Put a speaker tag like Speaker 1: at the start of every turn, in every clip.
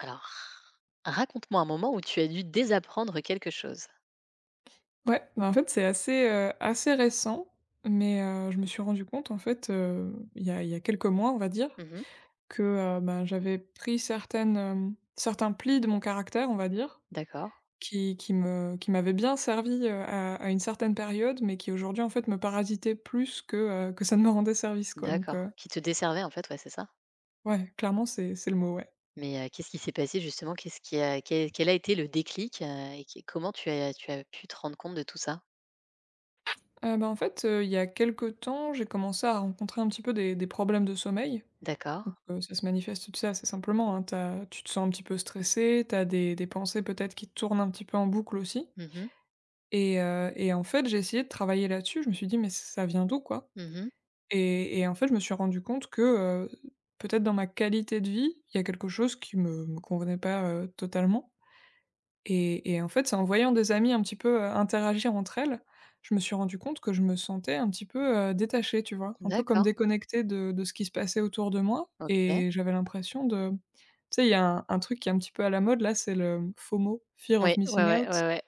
Speaker 1: Alors, raconte-moi un moment où tu as dû désapprendre quelque chose.
Speaker 2: Ouais, bah, en fait, c'est assez, assez récent, mais je me suis rendu compte, en fait, il y a quelques mois, on va dire,
Speaker 1: Mmh.
Speaker 2: que, ben, j'avais pris certaines, certains plis de mon caractère, on va dire,
Speaker 1: D'accord,
Speaker 2: qui m'avaient bien servi, à une certaine période, mais qui aujourd'hui, en fait, me parasitaient plus que ça ne me rendait service, quoi, donc
Speaker 1: d'accord, qui te desservait en fait, ouais, c'est ça?
Speaker 2: ouais, clairement, c'est le mot, ouais.
Speaker 1: Mais, qu'est-ce qui s'est passé justement? Qu'est-ce qui a quel a été le déclic, et qui comment tu as pu te rendre compte de tout ça?
Speaker 2: Bah, en fait, il y a quelque temps, j'ai commencé à rencontrer un petit peu des problèmes de sommeil.
Speaker 1: D'accord.
Speaker 2: Donc ça se manifeste, tu sais, assez simplement, hein. Tu te sens un petit peu stressé. Tu as des pensées peut-être qui tournent un petit peu en boucle aussi,
Speaker 1: Mmh mh.
Speaker 2: et en fait, j'ai essayé de travailler là-dessus. Je me suis dit: «Mais ça vient d'où, quoi?»
Speaker 1: Mmh.
Speaker 2: Et en fait, je me suis rendu compte que, peut-être dans ma qualité de vie, il y a quelque chose qui me convenait pas, totalement. Et en fait, c'est en voyant des amies un petit peu, interagir entre elles, je me suis rendu compte que je me sentais un petit peu, détachée, tu vois? Un peu comme
Speaker 1: D'accord,
Speaker 2: déconnectée de ce qui se passait autour de moi
Speaker 1: OK.
Speaker 2: et j'avais l'impression de, tu sais, il y a un truc qui est un petit peu à la mode là, c'est le FOMO, Fear of
Speaker 1: Oui, ouais,
Speaker 2: Missing
Speaker 1: ouais,
Speaker 2: Out.
Speaker 1: ouais, ouais.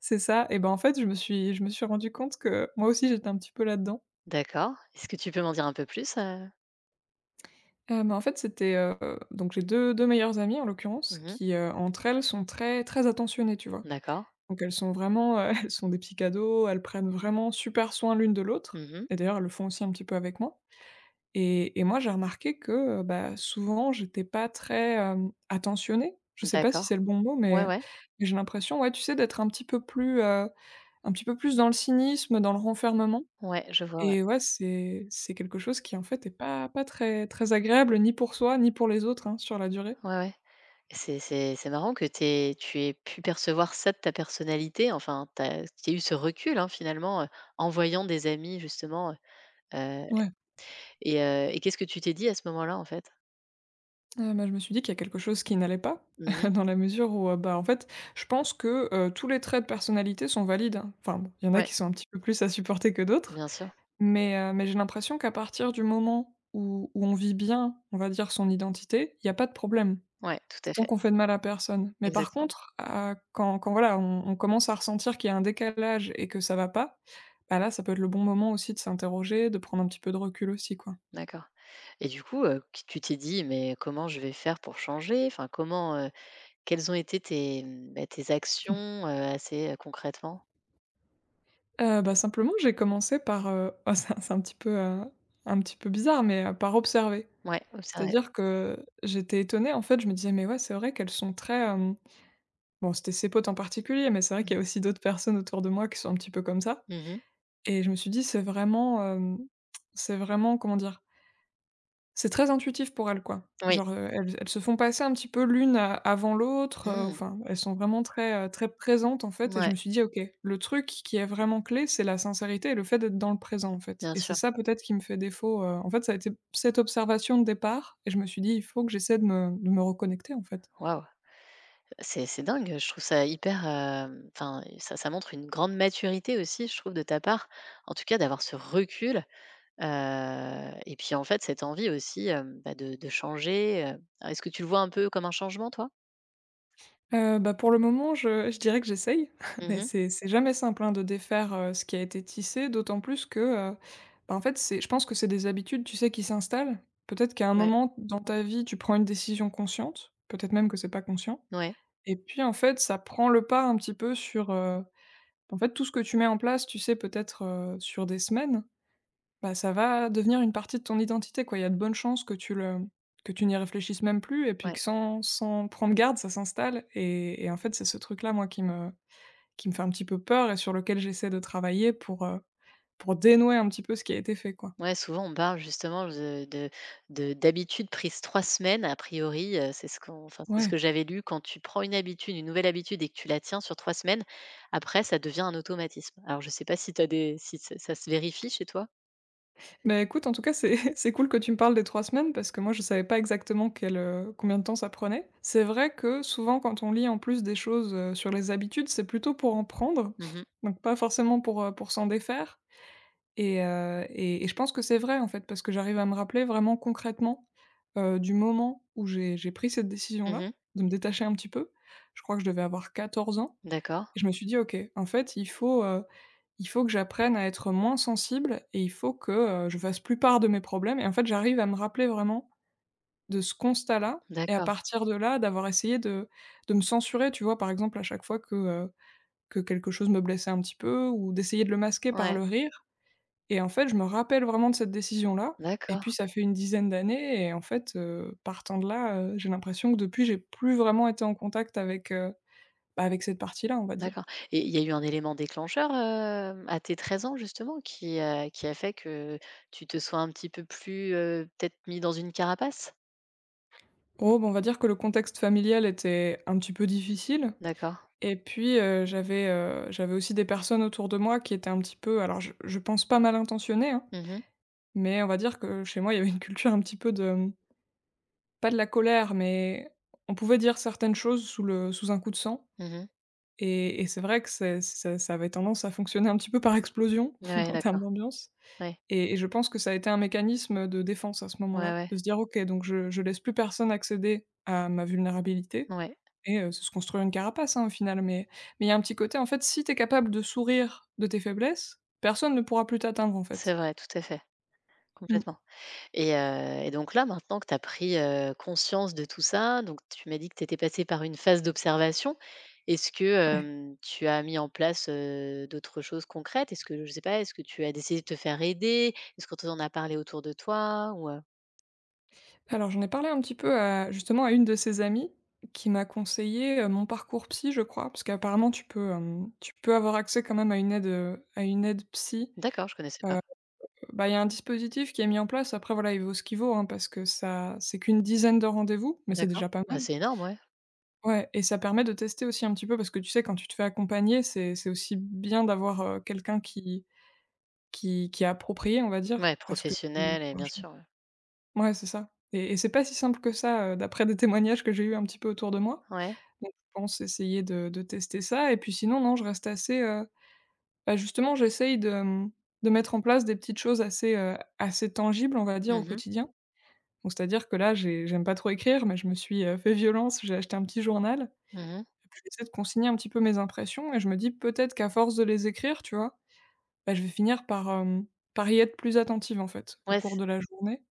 Speaker 2: C'est ça et ben, en fait, je me suis rendu compte que moi aussi j'étais un petit peu là-dedans.
Speaker 1: D'accord. Est-ce que tu peux m'en dire un peu plus,
Speaker 2: Mais en fait, c'était, donc j'ai deux 2 meilleures amies en l'occurrence
Speaker 1: Mmh.
Speaker 2: qui, entre elles sont très, très attentionnées, tu vois?
Speaker 1: D'accord.
Speaker 2: Donc elles sont vraiment, elles sont des petits cadeaux, elles prennent vraiment super soin l'une de l'autre,
Speaker 1: Mmh.
Speaker 2: et d'ailleurs, elles le font aussi un petit peu avec moi. Et moi, j'ai remarqué que, bah, souvent, j'étais pas très, attentionnée. Je sais pas si
Speaker 1: D'accord.
Speaker 2: c'est le bon mot,
Speaker 1: Ouais, ouais.
Speaker 2: mais j'ai l'impression, ouais, tu sais, d'être un petit peu plus, un petit peu plus dans le cynisme, dans le renfermement.
Speaker 1: Ouais, je vois, ouais.
Speaker 2: Et ouais, c'est quelque chose qui, en fait, est pas très très agréable ni pour soi, ni pour les autres, hein, sur la durée.
Speaker 1: Ouais, ouais. C'est marrant que tu aies pu percevoir ça de ta personnalité, enfin, tu as eu ce recul, hein, finalement, en voyant des amis justement,
Speaker 2: Ouais.
Speaker 1: et qu'est-ce que tu t'es dit à ce moment-là, en fait?
Speaker 2: Bah, je me suis dit qu'il y a quelque chose qui n'allait pas,
Speaker 1: Mmh.
Speaker 2: dans la mesure où, bah, en fait, je pense que, tous les traits de personnalité sont valides, hein. Enfin bon, il y en a
Speaker 1: Ouais,
Speaker 2: qui sont un petit peu plus à supporter que d'autres,
Speaker 1: bien sûr.
Speaker 2: mais j'ai l'impression qu'à partir du moment où on vit bien, on va dire, son identité, il y a pas de problème,
Speaker 1: Ouais, tout à
Speaker 2: tant
Speaker 1: fait.
Speaker 2: qu'on fait de mal à personne. Mais par
Speaker 1: Exactement.
Speaker 2: contre, quand voilà, on commence à ressentir qu'il y a un décalage et que ça va pas, bah, là, ça peut être le bon moment aussi de s'interroger, de prendre un petit peu de recul aussi, quoi.
Speaker 1: D'accord et du coup, q tu t'es dit: «Mais comment je vais faire pour changer?» Enfin, comment, quelles ont été tes, bah, tes actions, assez, concrètement?
Speaker 2: Bah, simplement, j'ai commencé par, oh, c'est un petit peu bizarre, mais par observer.
Speaker 1: Ouais, oh, c'est vrai.
Speaker 2: C'est-à-dire que j'étais étonnée, en fait, je me disais: «Mais ouais, c'est vrai qu'elles sont très», bon, c'était ses potes en particulier, mais c'est vrai
Speaker 1: Mmh
Speaker 2: qu'il y
Speaker 1: mh.
Speaker 2: a aussi d'autres personnes autour de moi qui sont un petit peu comme ça.
Speaker 1: Mmh.
Speaker 2: Et je me suis dit: «C'est vraiment, c'est vraiment, comment dire?» C'est très intuitif pour elles, quoi.
Speaker 1: Oui.
Speaker 2: Genre, elles se font passer un petit peu l'une a avant l'autre,
Speaker 1: Mmh.
Speaker 2: enfin, elles sont vraiment très, très présentes, en fait. Et je
Speaker 1: Mouais,
Speaker 2: me suis dit: «OK, le truc qui est vraiment clé, c'est la sincérité et le fait d'être dans le présent, en fait»,
Speaker 1: bien
Speaker 2: et c'est
Speaker 1: sûr.
Speaker 2: ça peut-être qui me fait défaut, en fait, ça a été cette observation de départ. Et je me suis dit: «Il faut que j'essaie de me reconnecter, en fait».
Speaker 1: Waouh! C'est dingue, je trouve ça hyper, enfin, ça montre une grande maturité aussi, je trouve, de ta part, en tout cas d'avoir ce recul, et puis, en fait, cette envie aussi, bah, de changer, Est-ce que tu le vois un peu comme un changement, toi?
Speaker 2: Bah, pour le moment, je dirais que j'essaye, mais
Speaker 1: Mmh.
Speaker 2: c'est jamais simple, hein, de défaire, ce qui a été tissé, d'autant plus que, heu, bah, en fait, c'est je pense que c'est des habitudes, tu sais, qui s'installent. Peut-être qu'à un
Speaker 1: Ouais,
Speaker 2: moment dans ta vie, tu prends une décision consciente, peut-être même que c'est pas conscient,
Speaker 1: ouais,
Speaker 2: et puis, en fait, ça prend le pas un petit peu sur, en fait, tout ce que tu mets en place, tu sais, peut-être, sur des semaines, bah, ça va devenir une partie de ton identité, quoi. Il y a de bonnes chances que tu le que tu n'y réfléchisses même plus et puis que
Speaker 1: ouais.
Speaker 2: sans prendre garde, ça s'installe. Et en fait, c'est ce truc-là, moi, qui me fait un petit peu peur et sur lequel j'essaie de travailler pour dénouer un petit peu ce qui a été fait, quoi.
Speaker 1: Ouais, souvent on parle justement de d'habitudes prises 3 semaines, a priori, c'est ce qu'on enfin, c'est ce
Speaker 2: Ouais.
Speaker 1: que j'avais lu, quand tu prends une habitude, une nouvelle habitude et que tu la tiens sur 3 semaines, après ça devient un automatisme. Alors je sais pas si tu as des si ça se vérifie chez toi?
Speaker 2: Bah, écoute, en tout cas, c'est c'est cool que tu me parles des 3 semaines parce que moi, je savais pas exactement quel, combien de temps ça prenait. C'est vrai que souvent, quand on lit en plus des choses, sur les habitudes, c'est plutôt pour en prendre,
Speaker 1: Mmh mh.
Speaker 2: donc pas forcément pour s'en défaire. Et je pense que c'est vrai, en fait, parce que j'arrive à me rappeler vraiment concrètement, du moment où j'ai pris cette
Speaker 1: Mmh
Speaker 2: décision-là,
Speaker 1: mh.
Speaker 2: de me détacher un petit peu. Je crois que je devais avoir 14 ans
Speaker 1: D'accord,
Speaker 2: et je me suis dit: «OK, en fait, il faut que j'apprenne à être moins sensible et il faut que, je fasse plus part de mes problèmes», et en fait, j'arrive à me rappeler vraiment de ce constat-là et à
Speaker 1: d'accord.
Speaker 2: partir de là, d'avoir essayé de me censurer, tu vois? Par exemple, à chaque fois que quelque chose me blessait un petit peu ou d'essayer de le masquer par le
Speaker 1: Ouais,
Speaker 2: rire, et en fait, je me rappelle vraiment de cette décision-là. Et
Speaker 1: d'accord,
Speaker 2: puis ça fait une dizaine d'années et en fait, partant de là, j'ai l'impression que depuis, j'ai plus vraiment été en contact avec, bah, avec cette partie-là, on va dire.
Speaker 1: d'accord et il y a eu un élément déclencheur, à tes 13 ans justement qui a fait que tu te sois un petit peu plus, peut-être mis dans une carapace?
Speaker 2: Oh, bah, on va dire que le contexte familial était un petit peu difficile
Speaker 1: D'accord.
Speaker 2: et puis, j'avais aussi des personnes autour de moi qui étaient un petit peu, alors je pense pas mal intentionnées, hein,
Speaker 1: Mmh mh.
Speaker 2: mais on va dire que chez moi, il y avait une culture un petit peu de, pas de la colère, mais on pouvait dire certaines choses sous le sous un coup de sang.
Speaker 1: Mmh mh.
Speaker 2: Et c'est vrai que c'est ça avait tendance à fonctionner un petit peu par explosion
Speaker 1: Ouais,
Speaker 2: en termes
Speaker 1: d'accord.
Speaker 2: d'ambiance.
Speaker 1: Ouais.
Speaker 2: Et je pense que ça a été un mécanisme de défense à ce
Speaker 1: Ouais,
Speaker 2: moment-là,
Speaker 1: ouais.
Speaker 2: de se dire: «OK, donc je laisse plus personne accéder à ma vulnérabilité»,
Speaker 1: Ouais.
Speaker 2: et c'est se construire une carapace, hein, au final, mais il y a un petit côté, en fait, si t'es capable de sourire de tes faiblesses, personne ne pourra plus t'atteindre, en
Speaker 1: C'est
Speaker 2: fait.
Speaker 1: vrai, tout à fait,
Speaker 2: Mmh,
Speaker 1: complètement. Et donc là, maintenant que tu as pris, conscience de tout ça, donc tu m'as dit que tu étais passée par une phase d'observation. Est-ce que,
Speaker 2: ouais.
Speaker 1: tu as mis en place, d'autres choses concrètes? Est-ce que je sais pas, est-ce que tu as décidé de te faire aider? Est-ce que tu en as parlé autour de toi ou,
Speaker 2: Alors, j'en ai parlé un petit peu à justement à une de ses amies qui m'a conseillé, mon parcours psy, je crois, parce qu'apparemment tu peux, tu peux avoir accès quand même à une aide psy.
Speaker 1: D'accord, je connaissais pas.
Speaker 2: Bah, il y a un dispositif qui est mis en place, après voilà, il vaut ce qu'il vaut, hein, parce que ça c'est qu'une dizaine de rendez-vous, mais c'est
Speaker 1: D'accord.
Speaker 2: déjà pas mal.
Speaker 1: Bah,
Speaker 2: Mmh.
Speaker 1: c'est énorme, ouais.
Speaker 2: Ouais, et ça permet de tester aussi un petit peu parce que tu sais quand tu te fais accompagner, c'est aussi bien d'avoir, quelqu'un qui est approprié, on va
Speaker 1: Ouais,
Speaker 2: dire, à ce que
Speaker 1: professionnel et
Speaker 2: tu
Speaker 1: bien
Speaker 2: recherches.
Speaker 1: sûr, ouais.
Speaker 2: Ouais, c'est ça. Et c'est pas si simple que ça, d'après des témoignages que j'ai eu un petit peu autour de moi.
Speaker 1: Ouais.
Speaker 2: Donc je pense essayer de tester ça et puis sinon non, je reste assez, bah, justement j'essaye de, de mettre en place des petites choses assez, assez tangibles on va dire au
Speaker 1: Mmh mh.
Speaker 2: quotidien. Donc c'est-à-dire que là j'aime pas trop écrire mais je me suis, fait violence, j'ai acheté un petit journal
Speaker 1: Mmh.
Speaker 2: et puis j'essaie de consigner un petit peu mes impressions et je me dis: «Peut-être qu'à force de les écrire», tu vois? Bah, je vais finir par, par y être plus attentive en fait, au
Speaker 1: Ouais.
Speaker 2: cours de la journée.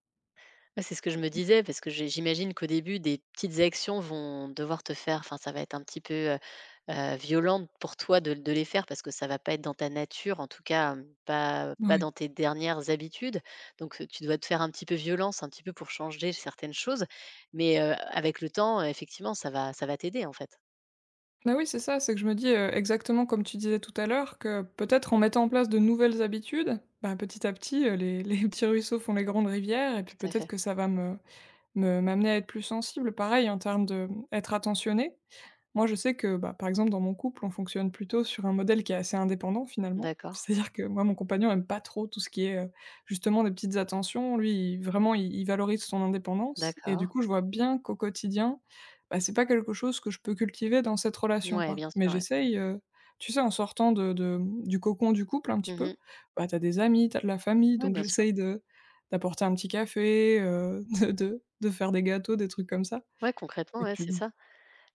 Speaker 1: Bah, c'est ce que je me disais parce que j'imagine qu'au début, des petites actions vont devoir te faire enfin, ça va être un petit peu, violente pour toi de les faire parce que ça va pas être dans ta nature, en tout cas, pas pas
Speaker 2: Ouais.
Speaker 1: dans tes dernières habitudes. Donc tu dois te faire un petit peu violence, un petit peu pour changer certaines choses. Mais avec le temps, effectivement, ça va t'aider, en fait.
Speaker 2: Bah oui, c'est ça, c'est que je me dis, exactement comme tu disais tout à l'heure, que peut-être en mettant en place de nouvelles habitudes, ben petit à petit, les les petits ruisseaux font les grandes rivières et puis
Speaker 1: Tout à
Speaker 2: peut-être
Speaker 1: fait.
Speaker 2: que ça va me m'amener à être plus sensible. Pareil en termes de, mmh, être attentionné. Moi, je sais que, bah, par exemple, dans mon couple, on fonctionne plutôt sur un modèle qui est assez indépendant, finalement.
Speaker 1: D'accord,
Speaker 2: C'est-à-dire que moi, mon compagnon aime pas trop tout ce qui est, justement des petites attentions. Lui, il vraiment, il valorise son indépendance et du
Speaker 1: d'accord.
Speaker 2: coup, je vois bien qu'au quotidien, bah, c'est pas quelque chose que je peux cultiver dans cette relation,
Speaker 1: Ouais,
Speaker 2: quoi.
Speaker 1: bien
Speaker 2: Mais
Speaker 1: sûr, ouais.
Speaker 2: j'essaye, tu sais, en sortant mmh, du cocon du couple un petit peu,
Speaker 1: Mmh.
Speaker 2: bah, tu des amis, t'as de la famille,
Speaker 1: Ouais,
Speaker 2: donc
Speaker 1: bien sûr.
Speaker 2: j'essaye de d'apporter un petit café, de faire des gâteaux, des trucs comme ça
Speaker 1: Ouais, concrètement,
Speaker 2: et
Speaker 1: ouais,
Speaker 2: puis
Speaker 1: c'est ça.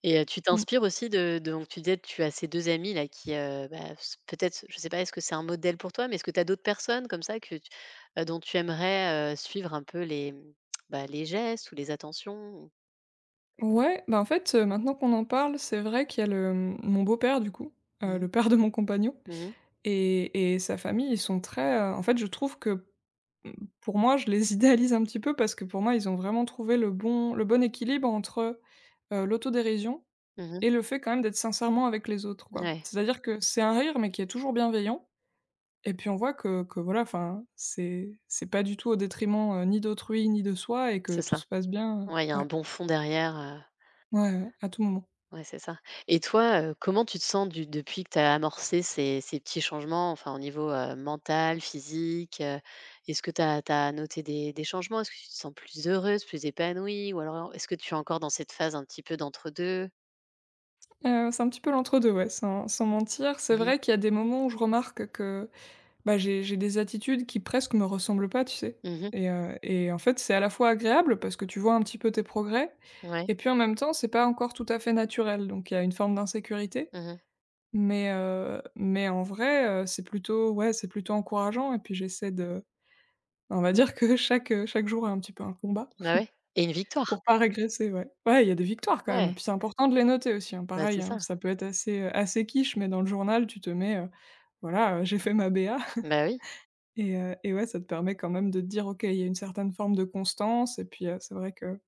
Speaker 1: Et tu
Speaker 2: mmh.
Speaker 1: t'inspires aussi de donc tu disais, tu as ces 2 amis là qui, bah, s peut-être, je sais pas, est-ce que c'est un modèle pour toi? Mais est-ce que tu as d'autres personnes comme ça que tu dont tu aimerais, suivre un peu les, bah, les gestes ou les attentions?
Speaker 2: Ouais, bah, en fait, maintenant qu'on en parle, c'est vrai qu'il y a le, mmh, mon beau-père du coup,
Speaker 1: Mmh mh.
Speaker 2: le père de mon compagnon
Speaker 1: Mmh.
Speaker 2: et sa famille, ils sont très, en fait, je trouve que, mmh, pour moi, je les idéalise un petit peu parce que pour moi, ils ont vraiment trouvé le bon équilibre entre, l'autodérision
Speaker 1: Mmh.
Speaker 2: et le fait quand même d'être sincèrement avec les autres, quoi.
Speaker 1: Ouais,
Speaker 2: C'est-à-dire que c'est un rire, mais qui est toujours bienveillant et puis on voit que voilà, enfin, c'est pas du tout au détriment, ni d'autrui, ni de soi et que
Speaker 1: c'est
Speaker 2: tout
Speaker 1: ça.
Speaker 2: se passe bien,
Speaker 1: Ouais, il y a un
Speaker 2: ouais.
Speaker 1: bon fond derrière,
Speaker 2: Ouais, ouais, à tout moment.
Speaker 1: Ouais, c'est ça. Et toi, comment tu te sens du depuis que tu as amorcé ces petits changements, enfin au niveau, mental, physique, Est-ce que tu as noté des changements? Est-ce que tu te sens plus heureuse, plus épanouie? Ou alors est-ce que tu es encore dans cette phase un petit peu d'entre-deux?
Speaker 2: C'est un petit peu l'entre-deux, ouais, sans mentir. C'est
Speaker 1: Mmh mh.
Speaker 2: vrai qu'il y a des moments où je remarque que, bah, j'ai des attitudes qui presque me ressemblent pas, tu sais?
Speaker 1: Mmh.
Speaker 2: Et en fait, c'est à la fois agréable parce que tu vois un petit peu tes progrès
Speaker 1: Ouais.
Speaker 2: et puis en même temps, c'est pas encore tout à fait naturel, donc il y a une forme d'insécurité.
Speaker 1: Mmh.
Speaker 2: Mais en vrai, c'est plutôt ouais, c'est plutôt encourageant et puis j'essaie de on va dire que chaque jour est un petit peu un combat.
Speaker 1: Bah ouais. Et une victoire.
Speaker 2: Pour pas régresser, ouais. Ouais, il y a des victoires, quand même.
Speaker 1: Ouais,
Speaker 2: Puis c'est important de les noter aussi, hein,
Speaker 1: bah, c'est
Speaker 2: pareil, hein.
Speaker 1: ça.
Speaker 2: Ça peut être assez, assez quiche, mais dans le journal, tu te mets, voilà, j'ai fait ma BA
Speaker 1: Bah oui.
Speaker 2: et ouais, ça te permet quand même de te dire: «OK, il y a une certaine forme de constance» et puis, c'est vrai que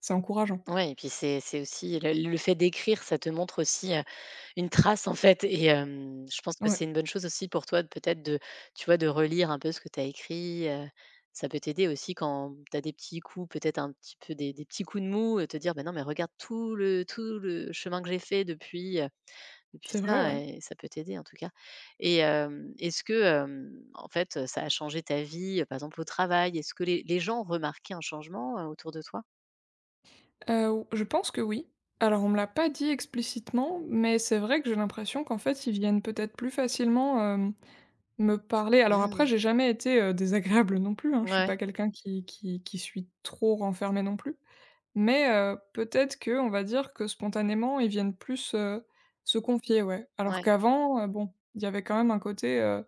Speaker 2: c'est encourageant.
Speaker 1: Ouais et puis c'est aussi le fait d'écrire, ça te montre aussi, une trace en fait et je pense que
Speaker 2: Ouais,
Speaker 1: c'est une bonne chose aussi pour toi de peut-être de tu vois, de relire un peu ce que tu as écrit, ça peut t'aider aussi quand tu as des petits coups, peut-être un petit peu des petits coups de mou, te dire: «Bah non, mais regarde tout le chemin que j'ai fait depuis, depuis
Speaker 2: c'est vrai,
Speaker 1: ça»
Speaker 2: ouais.
Speaker 1: et ça peut t'aider en tout cas et est-ce que, en fait, ça a changé ta vie, par exemple au travail? Est-ce que les gens ont remarqué un changement, autour de toi?
Speaker 2: Ou je pense que oui. Alors, on me l'a pas dit explicitement, mais c'est vrai que j'ai l'impression qu'en fait, ils viennent peut-être plus facilement, hem, me parler. Alors après,
Speaker 1: Mmh.
Speaker 2: j'ai jamais été, désagréable non plus, hein.
Speaker 1: Ouais,
Speaker 2: Je suis
Speaker 1: ouais.
Speaker 2: pas quelqu'un qui suis trop renfermé non plus. Mais peut-être que, on va dire que spontanément, ils viennent plus, se confier, ouais. Alors
Speaker 1: Ouais.
Speaker 2: qu'avant, bon, il y avait quand même un côté,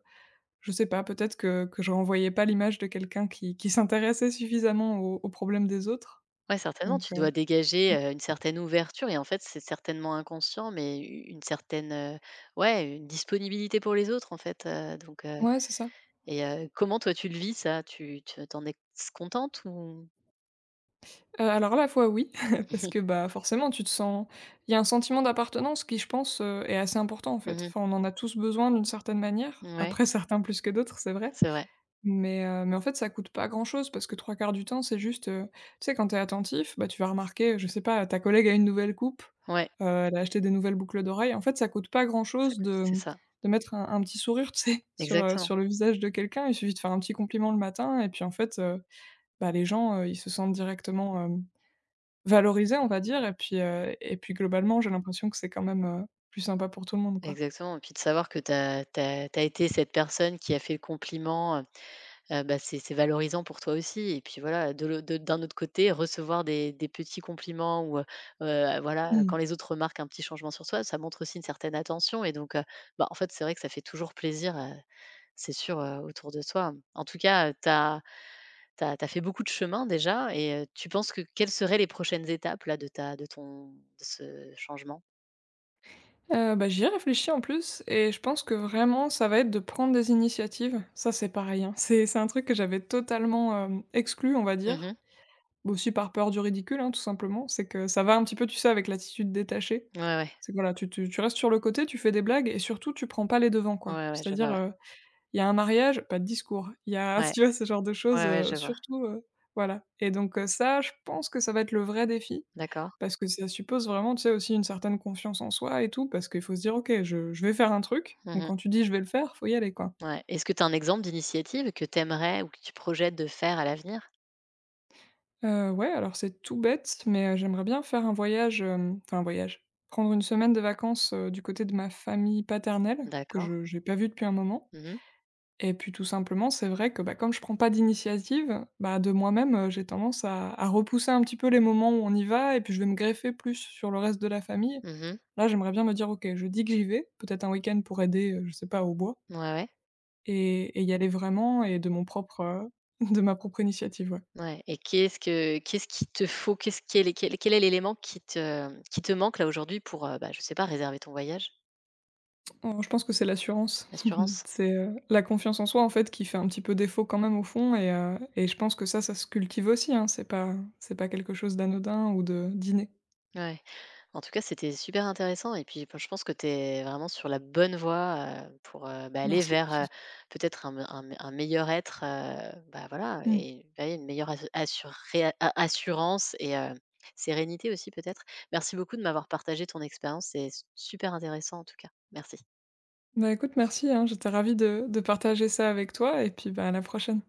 Speaker 2: je sais pas, peut-être que je renvoyais pas l'image de quelqu'un qui s'intéressait suffisamment aux aux problèmes des autres,
Speaker 1: Ouais, certainement,
Speaker 2: donc
Speaker 1: tu dois dégager,
Speaker 2: mmh.
Speaker 1: une certaine ouverture et en fait, c'est certainement inconscient, mais u une certaine, ouais, une disponibilité pour les autres, en fait, donc
Speaker 2: Ouais, c'est ça.
Speaker 1: et comment toi tu le vis ça? Tu es contente ou?
Speaker 2: Alors à la fois oui, parce que, bah, forcément tu te sens il y a un sentiment d'appartenance qui je pense, est assez important en fait.
Speaker 1: Mmh.
Speaker 2: Enfin, on en a tous besoin d'une certaine manière,
Speaker 1: Ouais,
Speaker 2: après certains plus que d'autres, c'est vrai.
Speaker 1: c'est vrai.
Speaker 2: Mais en fait, ça coûte pas grand-chose parce que trois quarts du temps, c'est juste, tu sais, quand t'es attentif, bah, tu vas remarquer, je sais pas, ta collègue a une nouvelle coupe,
Speaker 1: Ouais,
Speaker 2: elle a acheté des nouvelles boucles d'oreilles. En fait, ça coûte pas
Speaker 1: ça
Speaker 2: grand-chose
Speaker 1: coûte
Speaker 2: de,
Speaker 1: c'est
Speaker 2: mmh,
Speaker 1: ça.
Speaker 2: de mettre un petit sourire, tu sais, sur,
Speaker 1: Exactement,
Speaker 2: sur le visage de quelqu'un. Il suffit de faire un petit compliment le matin et puis, en fait, bah, les gens, ils se sentent directement, hem, valorisés, on va dire et puis globalement, j'ai l'impression que c'est quand même, plus sympa pour tout le monde, quoi.
Speaker 1: exactement et puis de savoir que tu tu as été cette personne qui a fait le compliment, bah, c'est valorisant pour toi aussi et puis voilà, de d'un autre côté, recevoir des petits compliments ou voilà, quand
Speaker 2: Mmh.
Speaker 1: les autres remarquent un petit changement sur toi, ça montre aussi une certaine attention et donc bah, en fait, c'est vrai que ça fait toujours plaisir, c'est sûr, autour de toi. En tout cas, tu as fait beaucoup de chemin déjà et tu penses que quelles seraient les prochaines étapes là de ta de ton de ce changement?
Speaker 2: Bah, j'y ai réfléchi en plus et je pense que vraiment ça va être de prendre des initiatives. Ça, c'est pareil, hein, c'est un truc que j'avais totalement, hem, exclu, on va dire.
Speaker 1: Mmh.
Speaker 2: Bah, aussi par peur du ridicule, hein, tout simplement. C'est que ça va un petit peu, tu sais, avec l'attitude détachée.
Speaker 1: Ouais, ouais.
Speaker 2: C'est que voilà, tu restes sur le côté, tu fais des blagues et surtout tu prends pas les devants, quoi.
Speaker 1: Ouais, ouais, je
Speaker 2: C'est-à-dire,
Speaker 1: vois,
Speaker 2: il y a un mariage, pas de discours. Il y a
Speaker 1: ouais.
Speaker 2: tu vois, ce genre de
Speaker 1: Ouais,
Speaker 2: choses,
Speaker 1: ouais, ouais, je vois.
Speaker 2: surtout, voilà et donc ça, je pense que ça va être le vrai défi
Speaker 1: D'accord.
Speaker 2: parce que ça suppose vraiment, tu sais, aussi une certaine confiance en soi et tout parce qu'il faut se dire: «OK, je vais faire un truc», donc
Speaker 1: Mmh.
Speaker 2: quand tu dis: «Je vais le faire», faut y aller, quoi.
Speaker 1: Ouais. Est-ce que tu as un exemple d'initiative que tu aimerais ou que tu projettes de faire à l'avenir?
Speaker 2: Ouais, alors c'est tout bête, mais j'aimerais bien faire un voyage, hem, enfin un voyage, prendre une semaine de vacances, du côté de ma famille paternelle que
Speaker 1: D'accord.
Speaker 2: je n'ai pas vue depuis un moment.
Speaker 1: Mhm, mhm.
Speaker 2: Et puis tout simplement, c'est vrai que, bah, comme je prends pas d'initiative, bah, de moi-même, j'ai tendance à repousser un petit peu les moments où on y va et puis je vais me greffer plus sur le reste de la famille. Là, j'aimerais bien me dire: «OK, je dis que j'y vais», peut-être un week-end pour aider, je sais pas, au bois
Speaker 1: Ouais, ouais.
Speaker 2: et y aller vraiment et de mon propre, de ma propre initiative, ouais.
Speaker 1: Ouais et qu'est-ce qui te faut? Qu'est-ce quel est quel quel est l'élément qui te manque là aujourd'hui pour, bah, je sais pas, réserver ton voyage?
Speaker 2: Oh, je pense que c'est l'assurance.
Speaker 1: L'assurance?
Speaker 2: C'est, la confiance en soi, en fait, qui fait un petit peu défaut quand même au fond et je pense que ça se cultive aussi, hein, c'est pas quelque chose d'anodin ou de d'inné.
Speaker 1: Ouais. En tout cas, c'était super intéressant et puis bon, je pense que tu es vraiment sur la bonne voie, pour, bah, aller
Speaker 2: Merci.
Speaker 1: vers, peut-être un meilleur être, bah, voilà et bah, oui, une meilleure ass assuré a assurance et sérénité aussi peut-être. Merci beaucoup de m'avoir partagé ton expérience, c'est super intéressant en tout cas. Merci.
Speaker 2: Bah, écoute, merci, hein, j'étais ravie de partager ça avec toi et puis, bah, à la prochaine.